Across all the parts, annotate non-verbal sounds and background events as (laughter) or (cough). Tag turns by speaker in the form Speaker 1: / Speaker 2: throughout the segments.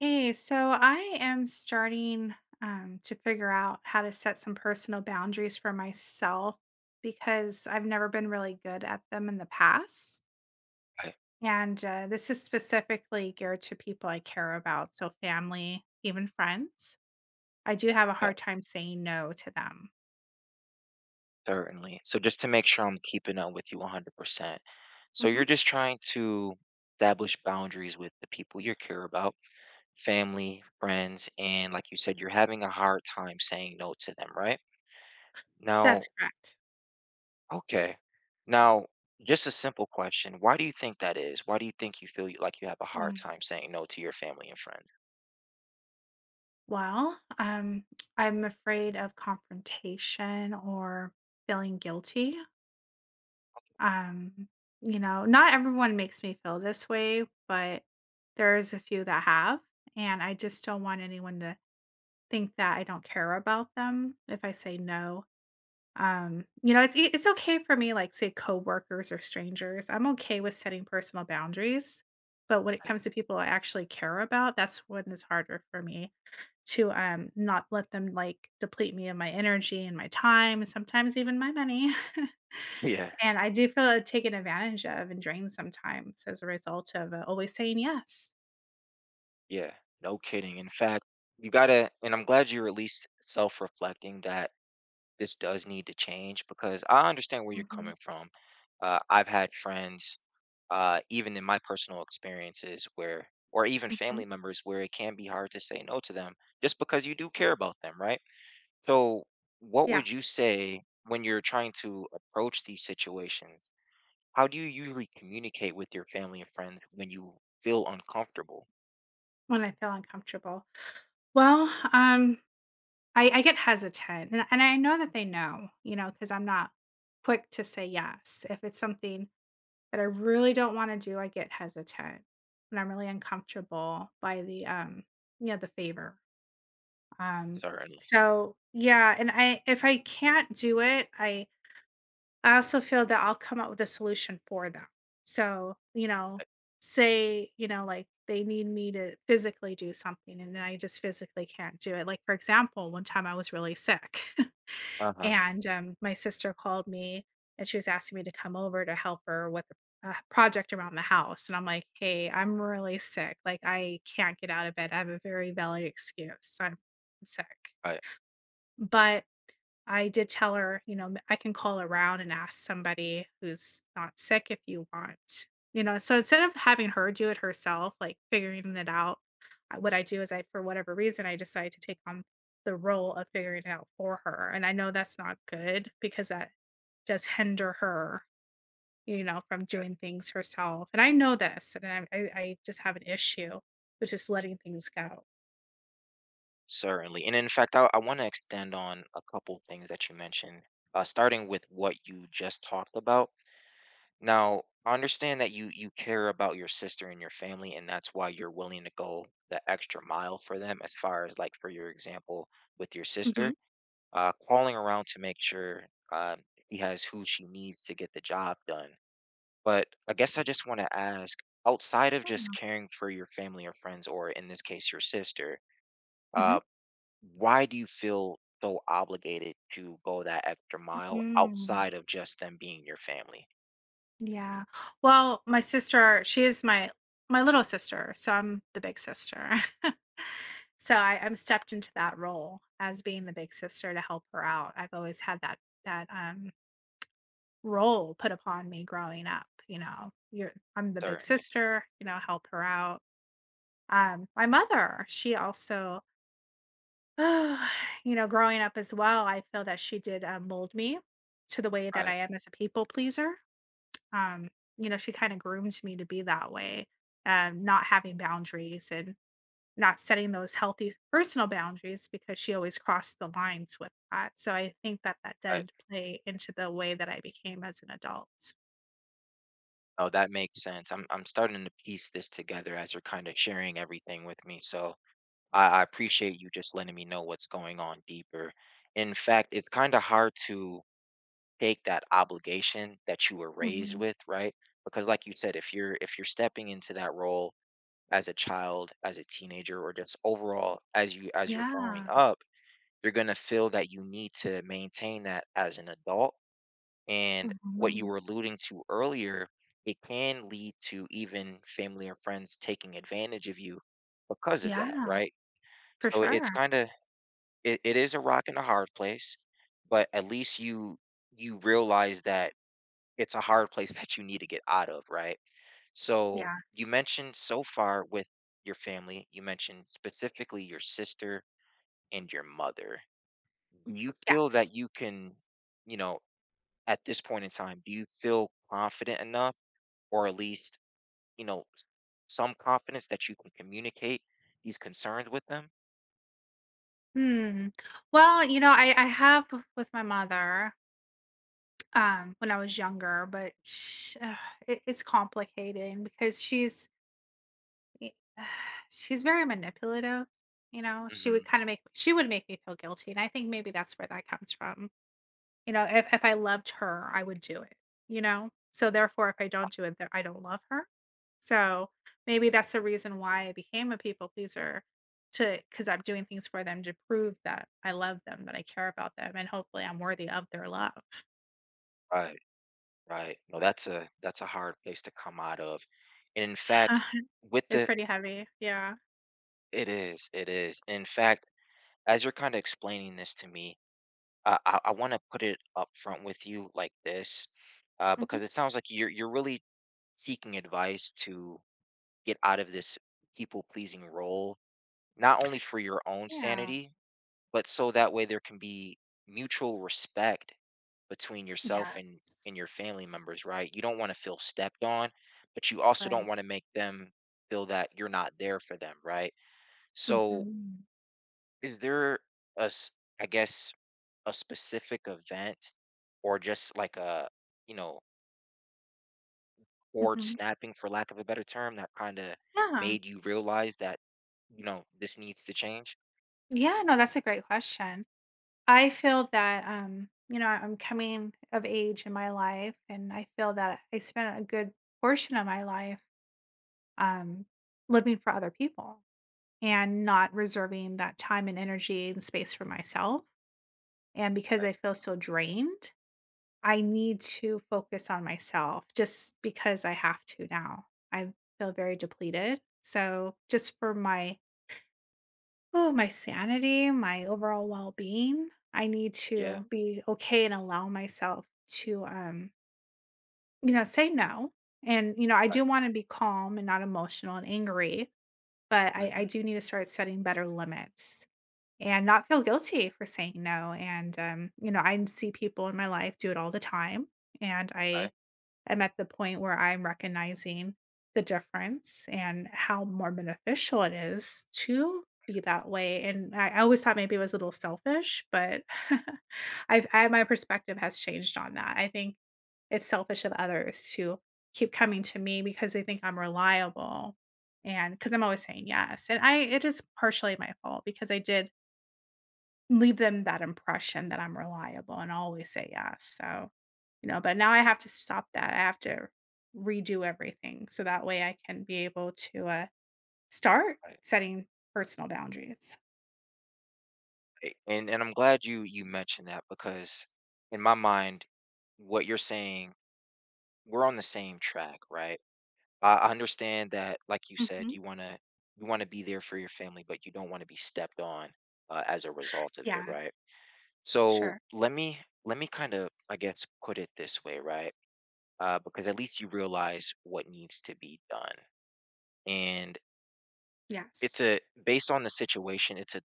Speaker 1: Hey, so I am starting to figure out how to set some personal boundaries for myself because I've never been really good at them in the past.
Speaker 2: Okay,
Speaker 1: And this is specifically geared to people I care about, so family, even friends. I do have a
Speaker 2: okay,
Speaker 1: hard time saying no to them.
Speaker 2: certainly. So just to make sure I'm keeping up with you 100%. So
Speaker 1: Mhm.
Speaker 2: you're just trying to establish boundaries with the people you care about, family, friends, and like you said, you're having a hard time saying no to them, right?
Speaker 1: That's
Speaker 2: Now,
Speaker 1: correct.
Speaker 2: okay. Now, just a simple question. Why do you think that is? Why do you think you feel like you have a hard
Speaker 1: Mm.
Speaker 2: time saying no to your family and friends?
Speaker 1: Well, I'm afraid of confrontation or feeling guilty. Um, you know, not everyone makes me feel this way, but there's a few that have, and I just don't want anyone to think that I don't care about them if I say no. You know, it's okay for me, like say coworkers or strangers. I'm okay with setting personal boundaries, but when it
Speaker 2: Okay.
Speaker 1: comes to people I actually care about, that's when it's harder for me to not let them like deplete me of my energy and my time and sometimes even my money. (laughs)
Speaker 2: Yeah,
Speaker 1: And I do feel taken advantage of and drained sometimes as a result of, always saying yes.
Speaker 2: yeah, no kidding. In fact, you gotta, and I'm glad you're at least self-reflecting that this does need to change because I understand where you're
Speaker 1: Mhm,
Speaker 2: coming from. I've had friends even in my personal experiences where or even
Speaker 1: mhm.
Speaker 2: family members where it can be hard to say no to them just because you do care about them, right? So what
Speaker 1: Yeah,
Speaker 2: would you say when you're trying to approach these situations? How do you usually communicate with your family and friends when you feel uncomfortable?
Speaker 1: when I feel uncomfortable. Well, um, I get hesitant, and I know that they know, you know, because 'cause I'm not quick to say yes. If it's something that I really don't wanna do, I get hesitant, and I'm really uncomfortable by the, you know, the favor. Um,
Speaker 2: Certainly.
Speaker 1: so, yeah, and I if I can't do it, I also feel that I'll come up with a solution for them. So, you know, say, you know, like they need me to physically do something and I just physically can't do it. Like, for example, one time I was really sick (laughs)
Speaker 2: Uh huh.
Speaker 1: and my sister called me and she was asking me to come over to help her with a project around the house. And I'm like, hey, I'm really sick. Like, I can't get out of bed. I have a very valid excuse. I'm sick.
Speaker 2: I
Speaker 1: But I did tell her, you know, "I can call around and ask somebody who's not sick if you want." You know, so instead of having her do it herself, like, figuring it out, what I do is I for whatever reason, I decide to take on the role of figuring it out for her, and I know that's not good because that does hinder her, you know, from doing things herself. And I know this, and I just have an issue with just letting things go.
Speaker 2: certainly, and in fact, I want to extend on a couple things that you mentioned, starting with what you just talked about. Now, I understand that you care about your sister and your family, and that's why you're willing to go the extra mile for them as far as like for your example with your
Speaker 1: Hmm.
Speaker 2: sister, calling around to make sure um, she has who she needs to get the job done. But I guess I just want to ask, outside of just caring for your family or friends, or in this case, your sister, uh,
Speaker 1: Hmm.
Speaker 2: why do you feel so obligated to go that extra mile
Speaker 1: Mm.
Speaker 2: outside of just them being your family?
Speaker 1: Yeah. Well, my sister, she is my little sister, so I'm the big sister. (laughs) So I'm stepped into that role as being the big sister to help her out. I've always had that role put upon me growing up, you know, you're I'm the big
Speaker 2: Certainly,
Speaker 1: sister, you know, help her out. My mother, she also, (sighs) you know, growing up as well, I feel that she did mold me to the way that I
Speaker 2: right?
Speaker 1: am as a people pleaser. Um, you know, she kind of groomed me to be that way, not having boundaries and not setting those healthy personal boundaries because she always crossed the lines with that. So I think that
Speaker 2: Right.
Speaker 1: did play into the way that I became as an adult.
Speaker 2: Oh, that makes sense. I'm starting to piece this together as you're kind of sharing everything with me. So I appreciate you just letting me know what's going on deeper. In fact, it's kind of hard to take that obligation that you were raised
Speaker 1: Mm-hmm.
Speaker 2: with, right? Because like you said, if you're stepping into that role as a child, as a teenager, or just overall as you're growing
Speaker 1: Yeah,
Speaker 2: up, you're gonna feel that you need to maintain that as an adult, and what you
Speaker 1: mhm,
Speaker 2: were alluding to earlier, it can lead to even family or friends taking advantage of you because of that,
Speaker 1: yeah,
Speaker 2: right?
Speaker 1: for
Speaker 2: So it's
Speaker 1: sure,
Speaker 2: kind of it is a rock and a hard place, but at least you realize that it's a hard place (laughs) that you need to get out of, right? So you
Speaker 1: yes,
Speaker 2: mentioned so far with your family, you mentioned specifically your sister and your mother. You feel
Speaker 1: yes.
Speaker 2: that you can, you know, at this point in time, do you feel confident enough? Or at least, you know, some confidence that you can communicate these concerns with them.
Speaker 1: Hmm. Well, you know, I have with my mother, when I was younger, but sh it's complicating because she's e (sighs) she's very manipulative, you know, she
Speaker 2: Hmm.
Speaker 1: would kinda make she would make me feel guilty, and I think maybe that's where that comes from. You know, if I loved her, I would do it, you know? So, therefore, if I don't do it, then I don't love her. So, maybe that's the reason why I became a people pleaser to because 'cause I'm doing things for them to prove that I love them, that I care about them, and hopefully I'm worthy of their love.
Speaker 2: Right, right. No, that's a hard place to come out of. And in fact,
Speaker 1: (laughs)
Speaker 2: with
Speaker 1: It's
Speaker 2: the
Speaker 1: pretty heavy. Yeah.
Speaker 2: it is, it is. In fact, as you're kind of explaining this to me, uh, I want to put it up front with you like this,
Speaker 1: Mhm.
Speaker 2: because it sounds like you're really seeking advice to get out of this people pleasing role, not only for your own
Speaker 1: Yeah.
Speaker 2: sanity, but so that way there can be mutual respect between yourself
Speaker 1: Yes.
Speaker 2: and your family members, right? You don't want to feel stepped on, but you also don't
Speaker 1: Right.
Speaker 2: want to make them feel that you're not there for them, right? So
Speaker 1: Mhm.
Speaker 2: is there a s- I guess a specific event or just like a, you know, cord
Speaker 1: Mhm.
Speaker 2: snapping for lack of a better term that kind of
Speaker 1: Yeah.
Speaker 2: made you realize that, you know, this needs to change,
Speaker 1: Yeah, no, that's a great question. I feel that, you know, I'm coming of age in my life, and I feel that I spent a good portion of my life, um, living for other people and not reserving that time and energy and space for myself. And because I
Speaker 2: right?
Speaker 1: feel so drained, I need to focus on myself just because I have to now. I feel very depleted. So, just for my Oh, my sanity, my overall well-being. I need
Speaker 2: Yeah,
Speaker 1: to be okay and allow myself to you know, say no. And you know, I do
Speaker 2: right.
Speaker 1: want to be calm and not emotional and angry, but I
Speaker 2: Hmm,
Speaker 1: do need to start setting better limits and not feel guilty for saying no. And, you know, I see people in my life do it all the time. And I
Speaker 2: right.
Speaker 1: am at the point where I'm recognizing the difference and how more beneficial it is to be that way. And I always thought maybe it was a little selfish, but (laughs) my perspective has changed on that. I think it's selfish of others to keep coming to me because they think I'm reliable and because I'm always saying yes. And I it is partially my fault because I did leave them that impression that I'm reliable and always say yes, so, you know, but now I have to stop that, I have to redo everything so that way I can be able to, start
Speaker 2: Right.
Speaker 1: setting personal boundaries.
Speaker 2: And I'm glad you mentioned that because in my mind, what you're saying, we're on the same track, right? I understand that, like you said,
Speaker 1: Mhm.
Speaker 2: you wanna be there for your family, but you don't want to be stepped on, as a result of it,
Speaker 1: Yeah,
Speaker 2: right? So
Speaker 1: sure.
Speaker 2: let me kind of, I guess, put it this way, right? Because at least you realize what needs to be done, and it's
Speaker 1: Yes.
Speaker 2: a based on the situation, it's a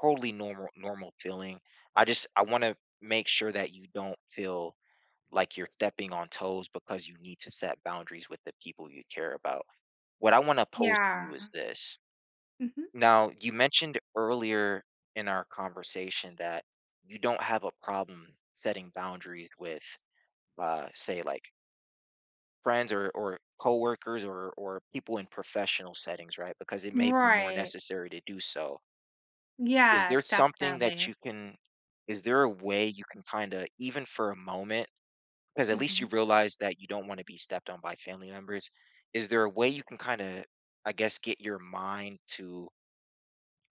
Speaker 2: totally normal feeling. I wanna make sure that you don't feel like you're stepping on toes because you need to set boundaries with the people you care about. What I wanna pose to
Speaker 1: Yeah.
Speaker 2: you is this.
Speaker 1: Mhm.
Speaker 2: Now, you mentioned earlier in our conversation that you don't have a problem setting boundaries with, say, like, friends or coworkers or people in professional settings, right? Because it may be more
Speaker 1: Right.
Speaker 2: necessary to do so. Is there
Speaker 1: Yes,
Speaker 2: something that
Speaker 1: definitely.
Speaker 2: you can, is there a way you can kinda, even for a moment, because at least you
Speaker 1: Mhm.
Speaker 2: realize that you don't wanna be stepped on by family members, is there a way you can kinda, I guess, get your mind to,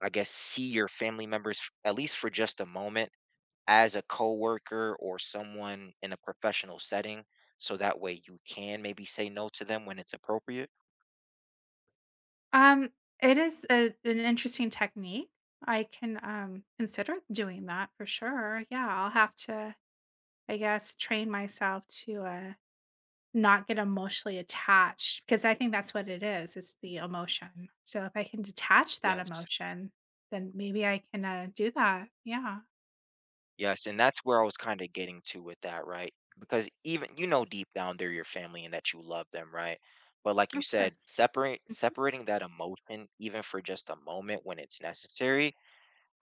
Speaker 2: I guess, see your family members, f at least for just a moment, as a coworker or someone in a professional setting, so that way you can maybe say no to them when it's appropriate?
Speaker 1: Um, it is a an interesting technique. I can, consider doing that for sure. Yeah, I'll have to, I guess, train myself to, not get emotionally attached because I think that's what it is, it's the emotion. So if I can detach that
Speaker 2: Yes.
Speaker 1: emotion, then maybe I can, do that. Yeah,
Speaker 2: Yes, and that's where I was kinda getting to with that, right? Because even, you know, deep down they're your family and that you love them, right? But like you
Speaker 1: of
Speaker 2: said,
Speaker 1: course.
Speaker 2: separate separating that emotion even for just a moment when it's necessary,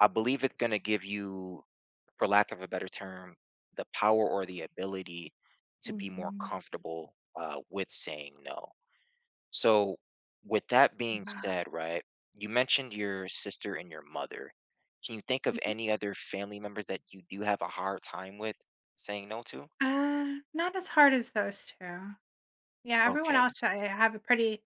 Speaker 2: I believe it's gonna give you, for lack of a better term, the power or the ability to
Speaker 1: Mhm,
Speaker 2: be more
Speaker 1: mhm,
Speaker 2: comfortable, with saying no. So, with that being
Speaker 1: yeah.
Speaker 2: said, right, you mentioned your sister and your mother. Can you think of
Speaker 1: Mhm.
Speaker 2: any other family member that you do have a hard time with saying no to?
Speaker 1: Not as hard as those 2. Yeah, everyone
Speaker 2: Okay,
Speaker 1: else,
Speaker 2: s-
Speaker 1: I have a pretty,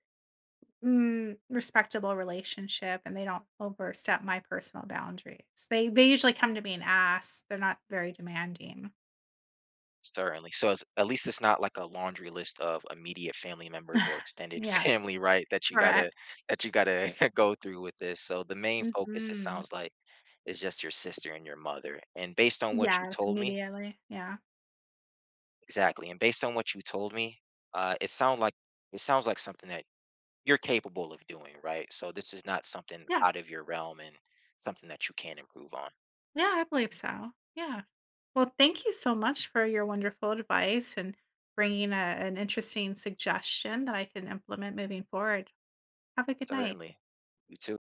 Speaker 1: mm, respectable relationship, and they don't overstep my personal boundaries. They usually come to me and ask, they're not very demanding. (sighs)
Speaker 2: Certainly. So, it's, at least it's not like a laundry list of immediate family members or
Speaker 1: (laughs)
Speaker 2: extended (laughs)
Speaker 1: Yes,
Speaker 2: family, right?
Speaker 1: correct.
Speaker 2: That you gotta (laughs) go through with this. So, the main focus it
Speaker 1: Mhm.
Speaker 2: sounds like is just your sister and your mother. And based on what you
Speaker 1: Yeah,
Speaker 2: told me,
Speaker 1: immediately. Yeah.
Speaker 2: exactly. And based on what you told me, uh, it sound like it sounds like something that you're capable of doing, right? So this is not something
Speaker 1: Yeah.
Speaker 2: out of your realm and something that you can improve on.
Speaker 1: Yeah, I believe so. Yeah. Well, thank you so much for your wonderful advice and bringing a, an interesting suggestion that I can implement moving forward. Have a good night.
Speaker 2: Certainly. You too.